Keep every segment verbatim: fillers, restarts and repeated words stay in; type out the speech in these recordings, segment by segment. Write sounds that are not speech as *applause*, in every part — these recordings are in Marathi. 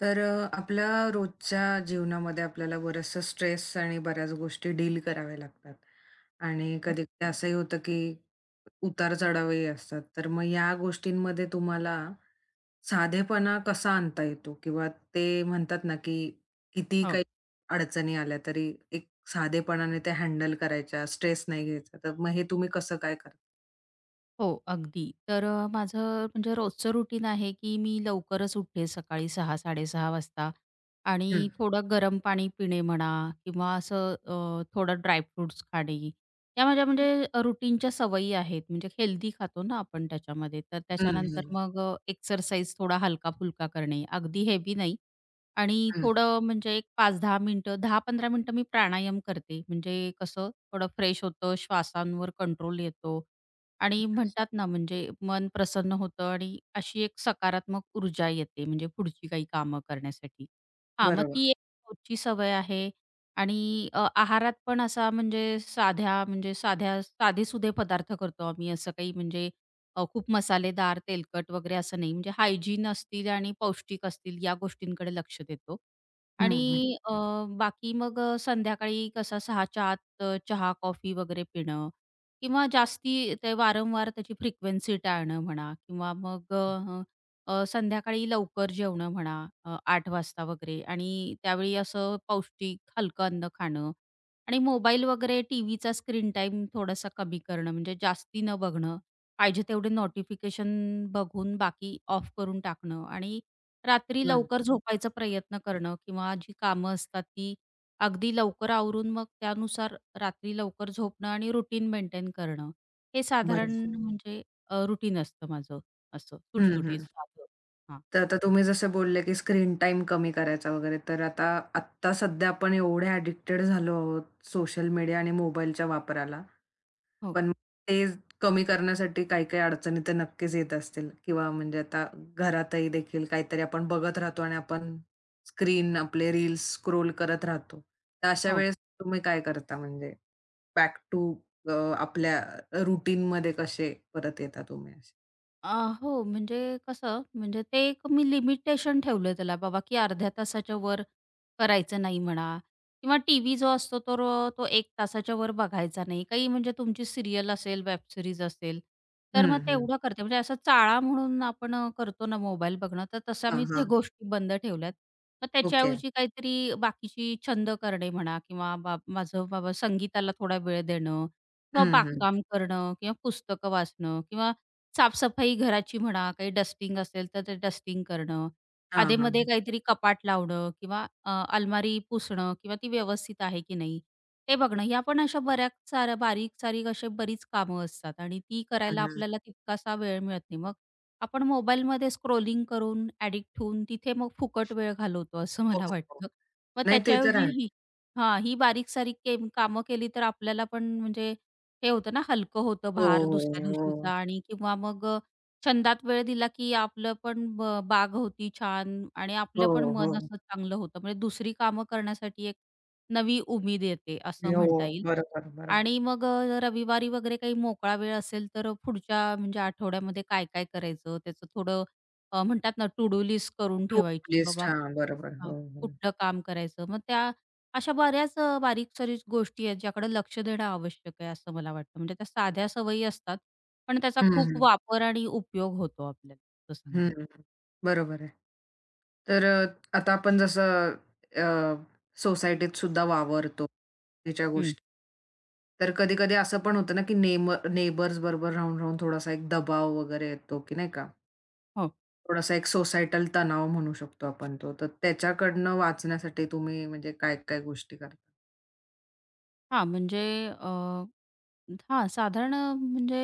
तर अ, आपल्या रोजच्या जीवनामध्ये आपल्याला बराचसा स्ट्रेस आणि बऱ्याच गोष्टी डील कराव्या लागतात. आणि हो, कधी-कधी असंही होतं की उतार-चढावही असतात. तर मग या गोष्टींमध्ये तुम्हाला साधेपणा कसा आणता येतो? किंवा ते म्हणतात ना की किती हो, काही अडचणी आल्या तरी एक साधेपणाने त्या हँडल करायच्या, स्ट्रेस नाही घ्यायचा. तर मग हे तुम्ही कसं काय करता? हो, अगदी. तर अ, माझं म्हणजे रोजचं रुटीन आहे, की मी लवकरच उठते सकाळी सहा-साडे सहा वाजता आणि हं, थोडं गरम पाणी पिणे म्हणा किंवा असं अ, थोडं ड्रायफ्रुट्स खाणे. या माझ्या म्हणजे अ, रुटीनच्या सवयी आहेत. म्हणजे हेल्दी खातो ना आपण त्याच्यामध्ये. तर हं, हं, हं. त्याच्यानंतर मग अ, एक्सरसाइज थोडा हलका-फुलका करणे, अगदी हेवी नाही आणि थोडं म्हणजे एक पाच ते दहा मिनिटं, दहा ते पंधरा मिनिटं मी प्राणायाम करते. म्हणजे कसं थोडं फ्रेश होतं, श्वासांवर कंट्रोल येतो आणि म्हणतात ना म्हणजे मन प्रसन्न होतं आणि अशी एक सकारात्मक ऊर्जा येते म्हणजे पुढची काही कामं करण्यासाठी. हां, मग बरोबर. ती एक रोजची सवय आहे आणि अ, आहारात पण असा म्हणजे साध्या म्हणजे साध्या साधेसुधे पदार्थ करतो आम्ही. असं काही म्हणजे अ, खूप मसालेदार, तेलकट वगैरे असं नाही. म्हणजे हायजीन असतील आणि पौष्टिक असतील या गोष्टींकडे लक्ष देतो. हं, आणि हं. अ, बाकी मग अ, संध्याकाळी कसा 6च्या आत अ, चहा, कॉफी वगैरे पिणं किंवा जास्ती ते वारंवार त्याची फ्रिक्वेन्सी टाळणं म्हणा किंवा मग अ, अ, संध्याकाळी लवकर जेवणं म्हणा अ, आठ वाजता वगैरे आणि त्यावेळी असं पौष्टिक हलकं अन्न खाणं आणि मोबाईल वगैरे टीव्हीचा स्क्रीन टाईम थोडासा कमी करणं म्हणजे जास्ती न बघणं. पाहिजे तेवढे नोटिफिकेशन बघून बाकी ऑफ करून टाकणं आणि रात्री हं. लवकर झोपायचा प्रयत्न करणं किंवा जी कामं असतात ती अगदी लवकर आवरून मग त्यानुसार रात्री लवकर झोपणं आणि रुटीन मेंटेन करणं. हे साधारण बरोबर. हं. म्हणजे अ, रुटीन असतं माझं असं हं, सुटसुटीत हं. साधं. हां. तर आता तुम्ही जसे बोलले, की स्क्रीन टाइम कमी करायचा वगैरे. तर आता आत्ता सध्या आपण एवढे ॲडिक्टेड झालो आहोत सोशल मीडिया आणि मोबाईलच्या वापराला. हो, पण ते कमी करण्यासाठी काही-काही अडचणी तर नक्कीच येत असतील किंवा म्हणजे आता घरातही देखील काहीतरी आपण बघत राहतो आणि आपण स्क्रीन आपले रील्स स्क्रोल करत राहतो. तर अशा हो. वेळेस तुम्ही काय करता म्हणजे बॅक टू अ, आपल्या रूटीनमध्ये कसे परत येता तुम्ही असे? अ, हो, म्हणजे कसं म्हणजे ते एक मी लिमिटेशन ठेवलं त्याला बाबा, की अर्ध्या तासाच्या वर करायचं नाही म्हणा किंवा टीव्ही जो असतो तो अ, तो एक तासाच्या वर बघायचा नाही. काही म्हणजे तुमची सिरियल असेल, वेब सीरीज असेल, तर हं, मग हं. तेवढं करते. म्हणजे असा चाळा म्हणून आपण अ, करतो ना मोबाईल बघणं, तर तशा हां, मी त्या हां. गोष्टी बंद ठेवल्यात. मग ओके. त्याच्याऐवजी काहीतरी बाकीची छंद करणे म्हणा किंवा बा माझं बाबा संगीताला थोडा वेळ देणं किंवा हं, हं. बागकाम करणं किंवा पुस्तकं वाचणं किंवा साफसफाई घराची म्हणा, काही डस्टिंग असेल तर ते डस्टिंग करणं, हां, अधेमध्ये हां. काहीतरी कपाट लावणं किंवा अ, अलमारी पुसणं किंवा ती व्यवस्थित आहे की नाही ते बघणं. ह्या पण अशा बऱ्याच साऱ्या बारीक-सारीक अशी बरीच कामं असतात आणि ती हां, करायला हां. आपल्याला तितकासा वेळ मिळत नाही. मग आपण मोबाईलमध्ये स्क्रोलिंग करून ॲडिक्ट होऊन तिथे मग फुकट वेळ घालवतो असं हो, मला हो. वाटतं. मग नाही ते तर त्याच्याऐवजी आहे. ही हां, ही बारीक-सारीक केम कामं केली तर आपल्याला पण म्हणजे हे होतं ना, हलकं होतं हो, भार हो, दुसऱ्या हो. दिवशीचा आणि किंवा मग अ, छंदात वेळ दिला, की आपलं पण ब बाग होती छान आणि आपलं हो, पण हो. मन असं चांगलं होतं. म्हणजे दुसरी कामं करण्यासाठी एक नवी उमेद येते, असं म्हणता हो, येईल. बरोबर, बरोबर. आणि मग अ, रविवारी वगैरे काही मोकळा वेळ असेल तर पुढच्या म्हणजे आठवड्यामध्ये काय काय करायचं त्याचं थोडं अ, म्हणतात ना टू डू लिस्ट करून टू डू ठेवायची लिस्ट बाबा कु- हां, बरोबर. हा, हो, हो. कुठलं काम करायचं मग त्या अशा बऱ्याच अ, बारीक सारीक गोष्टी आहेत ज्याकडे लक्ष देणं आवश्यक आहे असं मला वाटतं म्हणजे त्या साध्या सवयी असतात पण त्याचा हं, खूप हं. वापर आणि उपयोग होतो आपल्याला असं हं, सांगेन हं. बरोबर आहे. तर अ, आता आपण जसं अ, सोसायटीत सुद्धा वावरतो त्याच्या हं. गोष्टी. तर कधी-कधी असं पण होतं ना, की नेम नेबर्स बरोबर राहून-राहून थोडासा एक दबाव वगैरे येतो, की नाही का? हो थोडासा एक सोसायटल तणाव म्हणू शकतो आपण तो. तर त्याच्याकडनं वाचण्यासाठी तुम्ही म्हणजे काय-काय गोष्टी करता? हा म्हणजे हा, साधारण अ, म्हणजे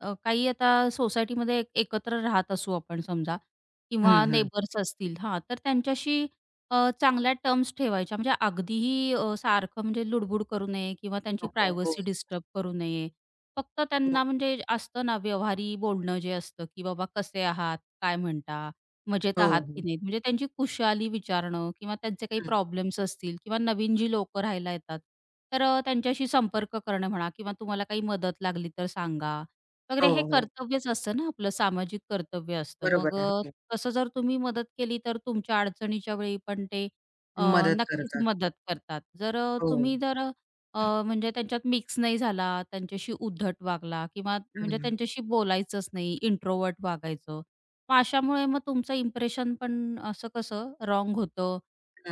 अ, काही आता सोसायटीमध्ये एक- एकत्र राहत असू आपण समजा किंवा हं, हं. नेबर्स असतील हां, तर त्यांच्याशी अ, चांगल्या टर्म्स ठेवायच्या म्हणजे अगदीही अ, सारखं म्हणजे लुडबुड करू नये किंवा त्यांची नको. हो, प्रायव्हसी डिस्टर्ब करू नये. फक्त त्यांना हो. म्हणजे असतं ना व्यवहारी बोलणं जे असतं, की "बाबा कसे आहात? काय म्हणता? मजेत हो, आहात की हो. नाहीत?" म्हणजे त्यांची कुशाली विचारणं किंवा त्यांचे काही हं. प्रॉब्लेम्स असतील किंवा नवीन जी लोकं राहायला येतात, तर अ, त्यांच्याशी संपर्क करणं म्हणा किंवा तुम्हाला काही मदत लागली तर सांगा हो, वगैरे हे हो. कर्तव्यच असतं ना आपलं सामाजिक कर्तव्य असतं. बरोबर मग आहे. अ, हो. तसं जर तुम्ही मदत केली तर तुमच्या अडचणीच्या वेळी पण ते अ, मदत नक्कीच करतात. मदत करतात. जर अ, हो. तुम्ही जर अ, म्हणजे त्यांच्यात मिक्स नाही झाला, त्यांच्याशी उद्धट वागला किंवा म्हणजे हं. त्यांच्याशी बोलायचंच नाही, इंट्रोव्हर्ट वागायचं मग अशामुळे मग तुमचं इम्प्रेशन पण असं कसं रॉन्ग होतं.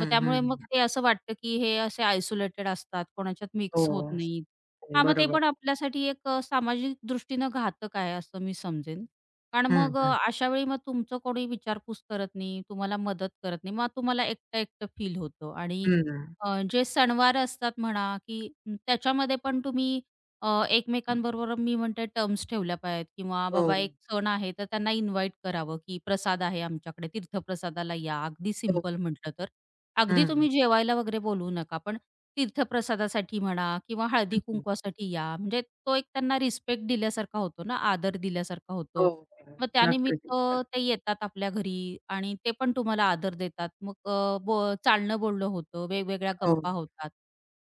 मग त्यामुळे मग हं. ते असं वाटतं, की हे असे आयसोलेटेड असतात, कोणाच्यात हो. मिक्स होत नाहीत. हे हां, मग ते बरोबर. पण आपल्यासाठी एक अ, सामाजिक दृष्टीनं घातक आहे असं मी समजेन. कारण हं, मग अ, हं. अशा वेळी मग तुमचं कोणी विचारपूस करत नाही, तुम्हाला मदत करत नाही. मग तुम्हाला एकटं-एकटं फील होतं आणि हं. अ, जे सणवार असतात म्हणा, की त्याच्यामध्ये पण तुम्ही अ, एकमेकांबरोबर मी म्हणते टर्म्स ठेवल्या पाहिजेत किंवा हो. बाबा एक सण आहे तर त्यांना इन्व्हाइट करावं, की प्रसाद आहे आमच्याकडे तीर्थप्रसादाला या. अगदी हो. सिंपल म्हटलं तर. अगदी हं. तुम्ही जेवायला वगैरे बोलवू नका, पण तीर्थप्रसादासाठी म्हणा किंवा हं. हळदी-कुंकवासाठी या. म्हणजे तो एक त्यांना रिस्पेक्ट दिल्यासारखा होतो ना, आदर दिल्यासारखा हो. होतो. मग नक्कीच. त्यानिमित्त ते येतात आपल्या घरी आणि ते पण तुम्हाला आदर देतात. मग अ, बो चालणं-बोलणं होतं, वेगवेगळ्या हो. गप्पा होतात.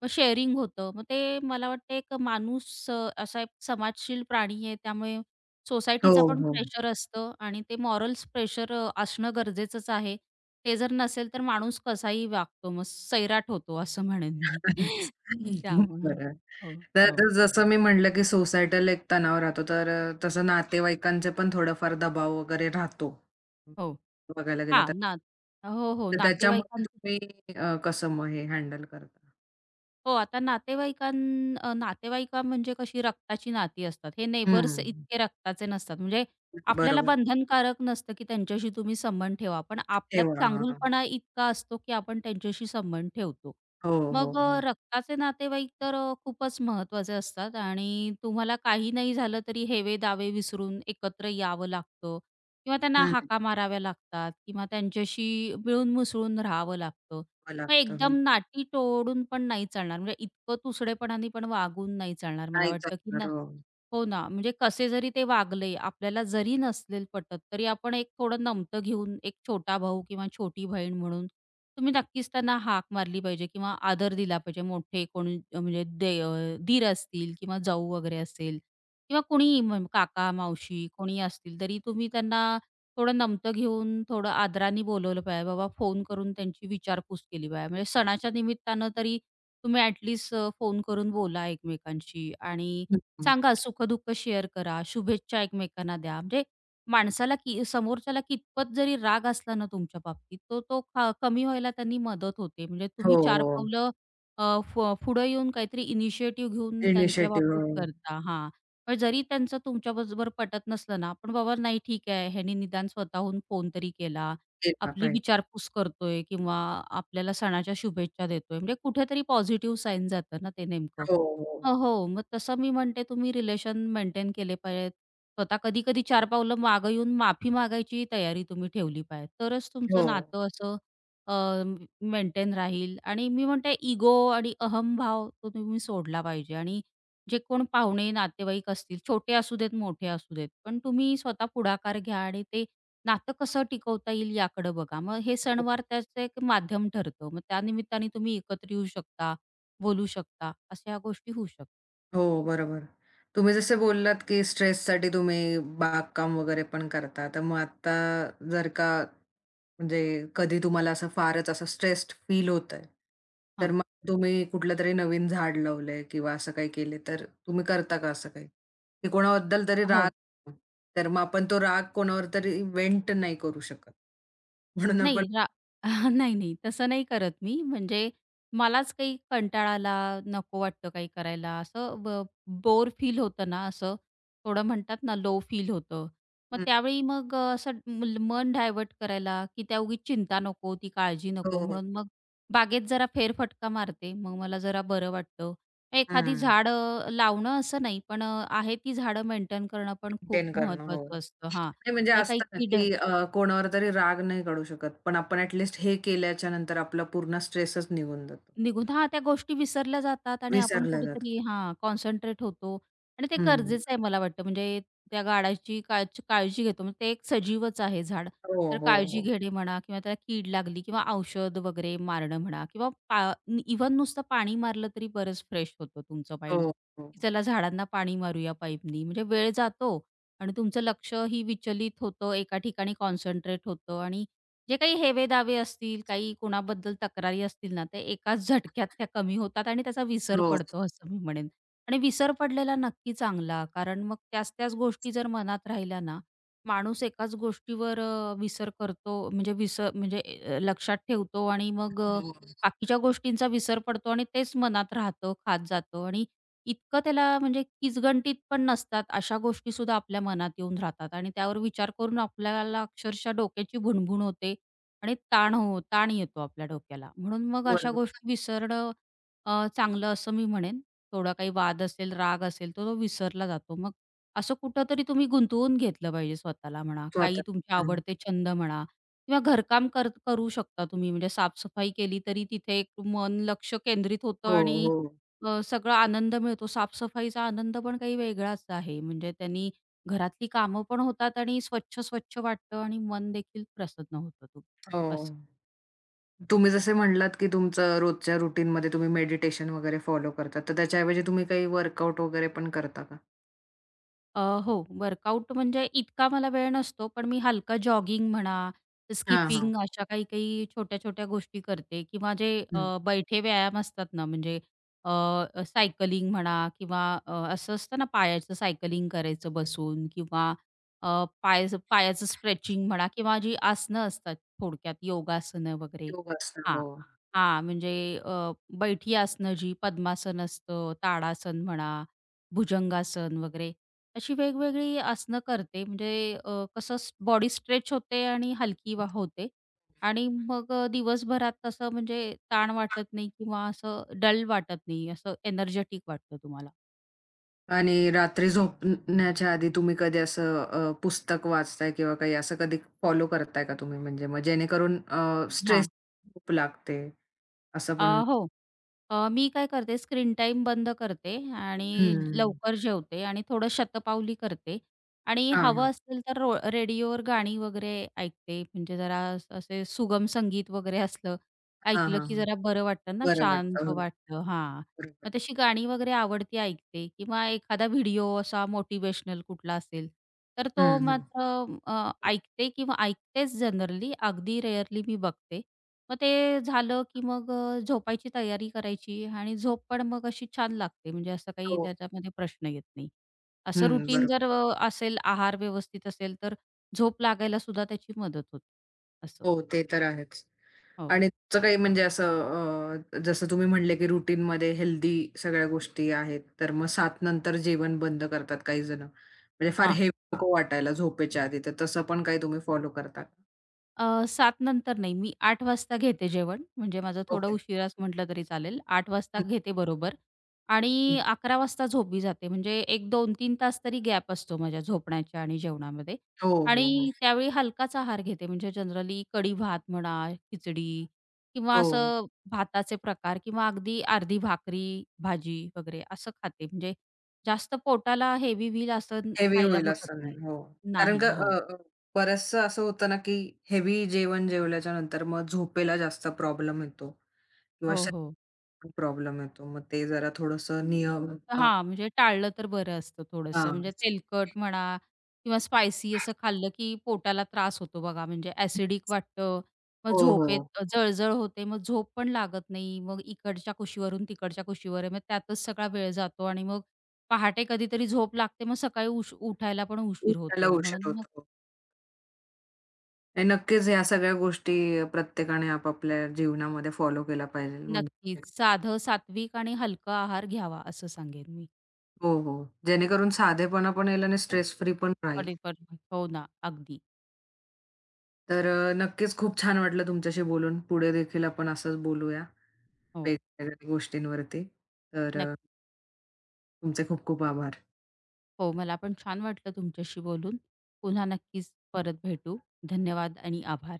मग शेअरिंग होतं. मग ते मला वाटतं एक माणूस अ, असा एक समाजशील प्राणी आहे. त्यामुळे हो, सोसायटीचा पण हो. प्रेशर असतं आणि ते मॉरल्स प्रेशर अ, असणं गरजेचंच आहे. ते जर नसेल तर माणूस कसाही वागतो. मग सैराट होतो असं म्हणेन मी. *laughs* *laughs* त्यामुळं बरं. हो, तर हो, आता जसं मी म्हटलं, की सोसायटल एक तणाव राहतो, तर अ, तसं नातेवाईकांचे पण थोडाफार दबाव वगैरे राहतो, हो. बघायला गेलं तर. हां, ना हो, हो. तर त्याच्यामध्ये नातेवाईकांचं तुम्ही अ, कसं मग हे हँडल करता? हो, आता नातेवाईकां अ, नातेवाईका म्हणजे कशी रक्ताची नाती असतात. हे नेबर्स हं. इतके रक्ताचे नसतात. म्हणजे आपल्याला बरोबर. बंधनकारक नसतं, की त्यांच्याशी तुम्ही संबंध ठेवा. पण आपल्यात ठेवा. हां. चांगुलपणा इतका असतो, की आपण त्यांच्याशी संबंध ठेवतो. हो, हो, मग अ, हो. रक्ताचे नातेवाईक तर अ, खूपच महत्त्वाचे असतात आणि तुम्हाला काही नाही झालं तरी हेवे-दावे विसरून एकत्र यावं लागतं किंवा त्यांना हं. हाका माराव्या लागतात किंवा त्यांच्याशी मिळून मिसळून राहावं लागतं. ठेवावं मग लागतं. हो. एकदम नाटी तोडून पण नाही चालणार. म्हणजे इतकं तुसडेपणाने पण वागून नाही चालणार. मला नाही वाटतं की चालणार. ना हो. हो ना, म्हणजे कसे जरी ते वागले, आपल्याला जरी नसलेल पटत, तरी आपण एक थोडं नमतं घेऊन एक छोटा भाऊ किंवा छोटी बहीण म्हणून तुम्ही नक्कीच त्यांना हाक मारली पाहिजे किंवा आदर दिला पाहिजे. मोठे कोणी अ, म्हणजे दे अ, दीर असतील किंवा जाऊ वगैरे असेल किंवा कोणीही, म काका, मावशी कोणी असतील, तरी तुम्ही त्यांना थोडं नमतं घेऊन, थोडं आदराने बोलवलं पाहिजे. बाबा फोन करून त्यांची विचारपूस केली पाहिजे. म्हणजे सणाच्या निमित्तानं तरी तुम्ही ॲट फोन करून बोला एकमेकांशी आणि हं, हं. सांगा सुख-दुःख शेअर करा, शुभेच्छा एकमेकांना द्या. म्हणजे माणसाला की समोरच्याला कितपत जरी राग असला ना तुमच्या बाबतीत, तो तो ख कमी व्हायला त्यांनी मदत होते. म्हणजे हो, तुम्ही चार हो. पावलं अ, फ पुढे येऊन काहीतरी इनिशिएटिव्ह घेऊन त्यांच्या बाबतीत इनिशिएटिव्ह करता. हां. पण जरी त्यांचं तुमच्याबरोबर पटत नसलं ना, आपण बाबा नाही ठीक आहे, ह्यानी निदान स्वतःहून फोन तरी केला, केला आपली पाहिजे. विचारपूस करतोय किंवा आपल्याला सणाच्या शुभेच्छा देतोय. म्हणजे कुठेतरी पॉझिटिव्ह साईन जातं ना ते नेमकं. हो, हो. हो, हो. मग तसं मी म्हणते तुम्ही रिलेशन मेंटेन केले पाहिजेत. स्वतः कधी-कधी चार पावलं मागं येऊन माफी मागायची तयारी तुम्ही ठेवली पाहिजे. तरच तुमचं हो. नातं असं मेंटेन राहील आणि मी म्हणते इगो आणि अहंभाव तो तुम्ही सोडला पाहिजे आणि जे कोण पाहुणे, नातेवाईक असतील, छोटे असू देत, मोठे असू देत, पण तुम्ही स्वतः पुढाकार घ्या आणि ते नातं कसं टिकवता येईल याकडे बघा. मग हे सणवार त्याचं एक माध्यम ठरतं. मग त्यानिमित्ताने तुम्ही एकत्र येऊ शकता, बोलू शकता, अशा ह्या गोष्टी होऊ शकतात. हो, बरोबर. तुम्ही जसे बोललात, की स्ट्रेससाठी तुम्ही बागकाम वगैरे पण करता. तर मग आता जर का म्हणजे कधी तुम्हाला असं फारच असं स्ट्रेस्ड फील होतंय, तर हां. मग तुम्ही कुठलं तरी नवीन झाड लावलंय किंवा असं काही केले, तर तुम्ही करता का असं काही? की कोणाबद्दल तरी राग हो. तर मग आपण तो राग कोणावर तरी व्हेंट नाही करू शकत. म्हणून आपण नाही रा *laughs* नाही, नाही. तसं नाही करत मी. म्हणजे मलाच काही कंटाळा आला, नको वाटतं काही करायला, असं ब बोर फील होतं ना, असं थोडं म्हणतात ना, लो फील होतं. मग हं. त्यावेळी मग अ, असं मुल मन डायव्हर्ट करायला, की त्या उगीच चिंता नको, ती काळजी हो, नको, हो. म्हणून मग बागेत जरा फेरफटका मारते. मग मला जरा बरं वाटतं. एखादी झाडं लावणं असं नाही, पण अ, आहे ती झाडं मेंटेन करणं पण खूप मेंटेन करणं. हो. महत्वाचं नाही असतं. हां. म्हणजे हे काही असतं ना, कीड की अ, कोणावर तरी राग नाही काढू शकत. पण आपण ॲट हे केल्याच्या नंतर आपला पूर्ण स्ट्रेसच निघून जातो. निघून हां, त्या गोष्टी विसरल्या जातात आणि आपण विसरला जातो. कुठेतरी हां, कॉन्सन्ट्रेट होतो आणि ते हं. गरजेचं आहे मला वाटतं. म्हणजे त्या गाडाची काळच काळजी घेतो. म्हणजे ते एक सजीवच आहे झाड. हो, तर हो, काळजी हो. घेणे म्हणा किंवा त्याला कीड लागली किंवा औषध वगैरे मारणं म्हणा किंवा पा इव्हन नुसतं पाणी मारलं तरी बरंच फ्रेश होतं तुमचं हो, माइंड, हो. की चला झाडांना पाणी मारूया पाईपनी. म्हणजे वेळ जातो आणि तुमचं लक्ष ही विचलित होतं, एका ठिकाणी कॉन्सन्ट्रेट होतं आणि जे काही हेवे दावे असतील, काही कोणाबद्दल तक्रारी असतील ना, ते एकाच झटक्यात त्या कमी होतात आणि त्याचा विसर हो, पडतो असं मी म्हणेन. आणि विसर पडलेला नक्की चांगला, कारण मग त्याच-त्याच गोष्टी जर मनात राहिल्या ना, माणूस एकाच गोष्टीवर अ, विसर करतो म्हणजे विसर म्हणजे अ, लक्षात ठेवतो आणि मग अ, हो. बाकीच्या गोष्टींचा विसर पडतो आणि तेच मनात राहतं, खात जातं आणि इतकं त्याला म्हणजे किचगंटीत पण नसतात अशा गोष्टीसुद्धा आपल्या मनात येऊन राहतात आणि त्यावर विचार करून आपल्याला अक्षरशः डोक्याची भुणभुण होते आणि ताण हो ताण येतो आपल्या डोक्याला. म्हणून मग अशा बरोबर. गोष्टी विसरणं अ, चांगलं असं मी म्हणेन. थोडा काही वाद असेल, राग असेल, तर तो विसरला जातो. मग असं कुठेतरी तुम्ही गुंतवून घेतलं पाहिजे स्वतःला म्हणा, काही स्वतः. तुमचे हं. आवडते छंद म्हणा किंवा घरकाम कर करू शकता तुम्ही. म्हणजे साफ केली तरी तिथे एक मन लक्ष केंद्रित होतं हो, आणि हो, अ, सगळा आनंद मिळतो. साफ आनंद पण काही वेगळाच आहे. म्हणजे त्यांनी घरातली कामं पण होतात आणि स्वच्छ-स्वच्छ वाटतं आणि मन देखील प्रसन्न होतं हो. असं. तुम्ही जसे म्हणालात, की तुमचं रोजच्या रुटीनमध्ये तुम्ही मेडिटेशन वगैरे फॉलो करता. तर त्याच्याऐवजी तुम्ही काही वर्कआउट वगैरे पण करता का? अ, हो, वर्कआउट म्हणजे इतका मला वेळ नसतो, पण मी हलका जॉगिंग म्हणा, हां, हां. स्किपिंग अशा काही-काही छोट्या-छोट्या गोष्टी करते किंवा जे हं. अ, बैठे व्यायाम असतात ना, म्हणजे अ, सायकलिंग म्हणा किंवा अ, असं असतं ना पायाचं सायकलिंग करायचं बसून किंवा अ, पायाचं पायाचं स्ट्रेचिंग म्हणा किंवा जी आसनं असतात थोडक्यात योगासनं वगैरे. योग असतं. हां. हो. हां, म्हणजे अ, बैठी आसनं जी पद्मासन असतं, ताडासन म्हणा, भुजंगासन वगैरे अशी वेगवेगळी आसनं करते म्हणजे अ, कसं स बॉडी स्ट्रेच होते आणि हलकी वा होते आणि मग अ, दिवसभरात तसं म्हणजे ताण वाटत नाही किंवा असं डल वाटत नाही, असं एनर्जेटिक वाटतं तुम्हाला. आणि रात्री झोपण्याच्या आधी तुम्ही कधी असं अ, पुस्तक वाचताय किंवा काही असं कधी फॉलो करताय का तुम्ही? म्हणजे मग जेणेकरून अ, स्ट्रेस हां. खूप लागते असं अ, पण हो. अ, मी काय करते स्क्रीन टाईम बंद करते आणि हं. लवकर जेवते आणि थोडं शतपावली करते आणि हां, हवं हां. असेल तर रो रेडिओवर गाणी वगैरे ऐकते. म्हणजे जरा असं असे सुगम संगीत वगैरे असलं हां, ऐकलं हां, की हां. जरा बरं वाटतं ना, बरं वाटतं. शांत हो, वाटतं. हां. बरोबर. मग तशी गाणी वगैरे आवडती ऐकते किंवा एखादा व्हिडिओ असा मोटिव्हेशनल कुठला असेल, तर तो हं, हं. मात्र अ, ऐकते किंवा ऐकतेच जनरली. अगदी रेअरली मी बघते. मग ते झालं, की मग अ, झोपायची तयारी करायची आणि झोप पण मग अशी छान लागते म्हणजे असं काही हो. त्याच्यामध्ये प्रश्न येत नाही. असं हं, रुटीन जर बरोबर. अ, असेल, आहार व्यवस्थित असेल, तर झोप लागायला सुद्धा त्याची मदत होते. असं. हो, ते तर आहेच. हो. आणि तुमचं काही म्हणजे असं अ, जसं तुम्ही म्हणले, की रुटीनमध्ये हेल्दी सगळ्या गोष्टी आहेत. तर मग सात नंतर जेवण बंद करतात काही जण. म्हणजे फार हां. हेवी नको वाटायला झोपेच्या आधी. तर तसं पण काही तुम्ही फॉलो करता का? अ, सात नंतर नाही, मी आठ वाजता घेते जेवण म्हणजे माझं थोडं ओके. उशिराच म्हटलं तरी चालेल. आठ वाजता हं, घेते बरोबर. आणि हं. अकरा वाजता झोपी जाते. म्हणजे एक दोन ते तीन तास तरी गॅप असतो माझ्या झोपण्याच्या आणि जेवणामध्ये. हो, हो, हो. आणि त्यावेळी हलकाच आहार घेते. म्हणजे जनरली कडी भात म्हणा, खिचडी किंवा हो. असं भाताचे प्रकार किंवा अगदी अर्धी भाकरी, भाजी वगैरे असं खाते. म्हणजे जास्त पोटाला हेवी व्हील असं हेवी खायला होईल बघत असं नाही. नाही. हो. कारण का नाही. अ, हो. अ, बऱ्याचसं असं होतं ना, की हेवी जेवण जेवल्याच्या नंतर मग झोपेला जास्त प्रॉब्लेम येतो किंवा हो, हो. शरीराला प्रॉब्लेम येतो. मग ते जरा थोडंसं नियम अ, हां, म्हणजे टाळलं तर बरं असतं थोडंसं. हां. म्हणजे तेलकट म्हणा किंवा स्पायसी असं खाल्लं, की पोटाला त्रास होतो बघा. म्हणजे ॲसिडिक वाटतं, मग हो, झोपेत हो. अ, जळजळ होते, मग झोप पण लागत नाही. मग इकडच्या कुशीवरून तिकडच्या कुशीवर आहे. मग त्यातच सगळा वेळ जातो आणि मग पहाटे कधीतरी झोप लागते, मग सकाळी उश उठायला पण उशीर उठायला होतो. उशीर म्हणून मग होतो. आणि नक्कीच ह्या सगळ्या गोष्टी प्रत्येकाने आपापल्या जीवनामध्ये फॉलो केला पाहिजे. म्हणजे नक्कीच साधं, सात्विक आणि हलका आहार घ्यावा असं सांगेन मी. हो, हो. जेणेकरून साधेपणा पण येईल आणि स्ट्रेस फ्री पण राहील. पॉलिफर हो ना, अगदी. तर अ, नक्कीच खूप छान वाटलं तुमच्याशी बोलून. पुढे देखील आपण असंच बोलूया हो, वेगवेगळ्या गोष्टींवरती. तर अ, नक्की. तुमचे खूप खूप आभार. हो, मला पण छान वाटलं तुमच्याशी बोलून. पुन्हा नक्कीच परत भेटू. धन्यवाद आणि आभार.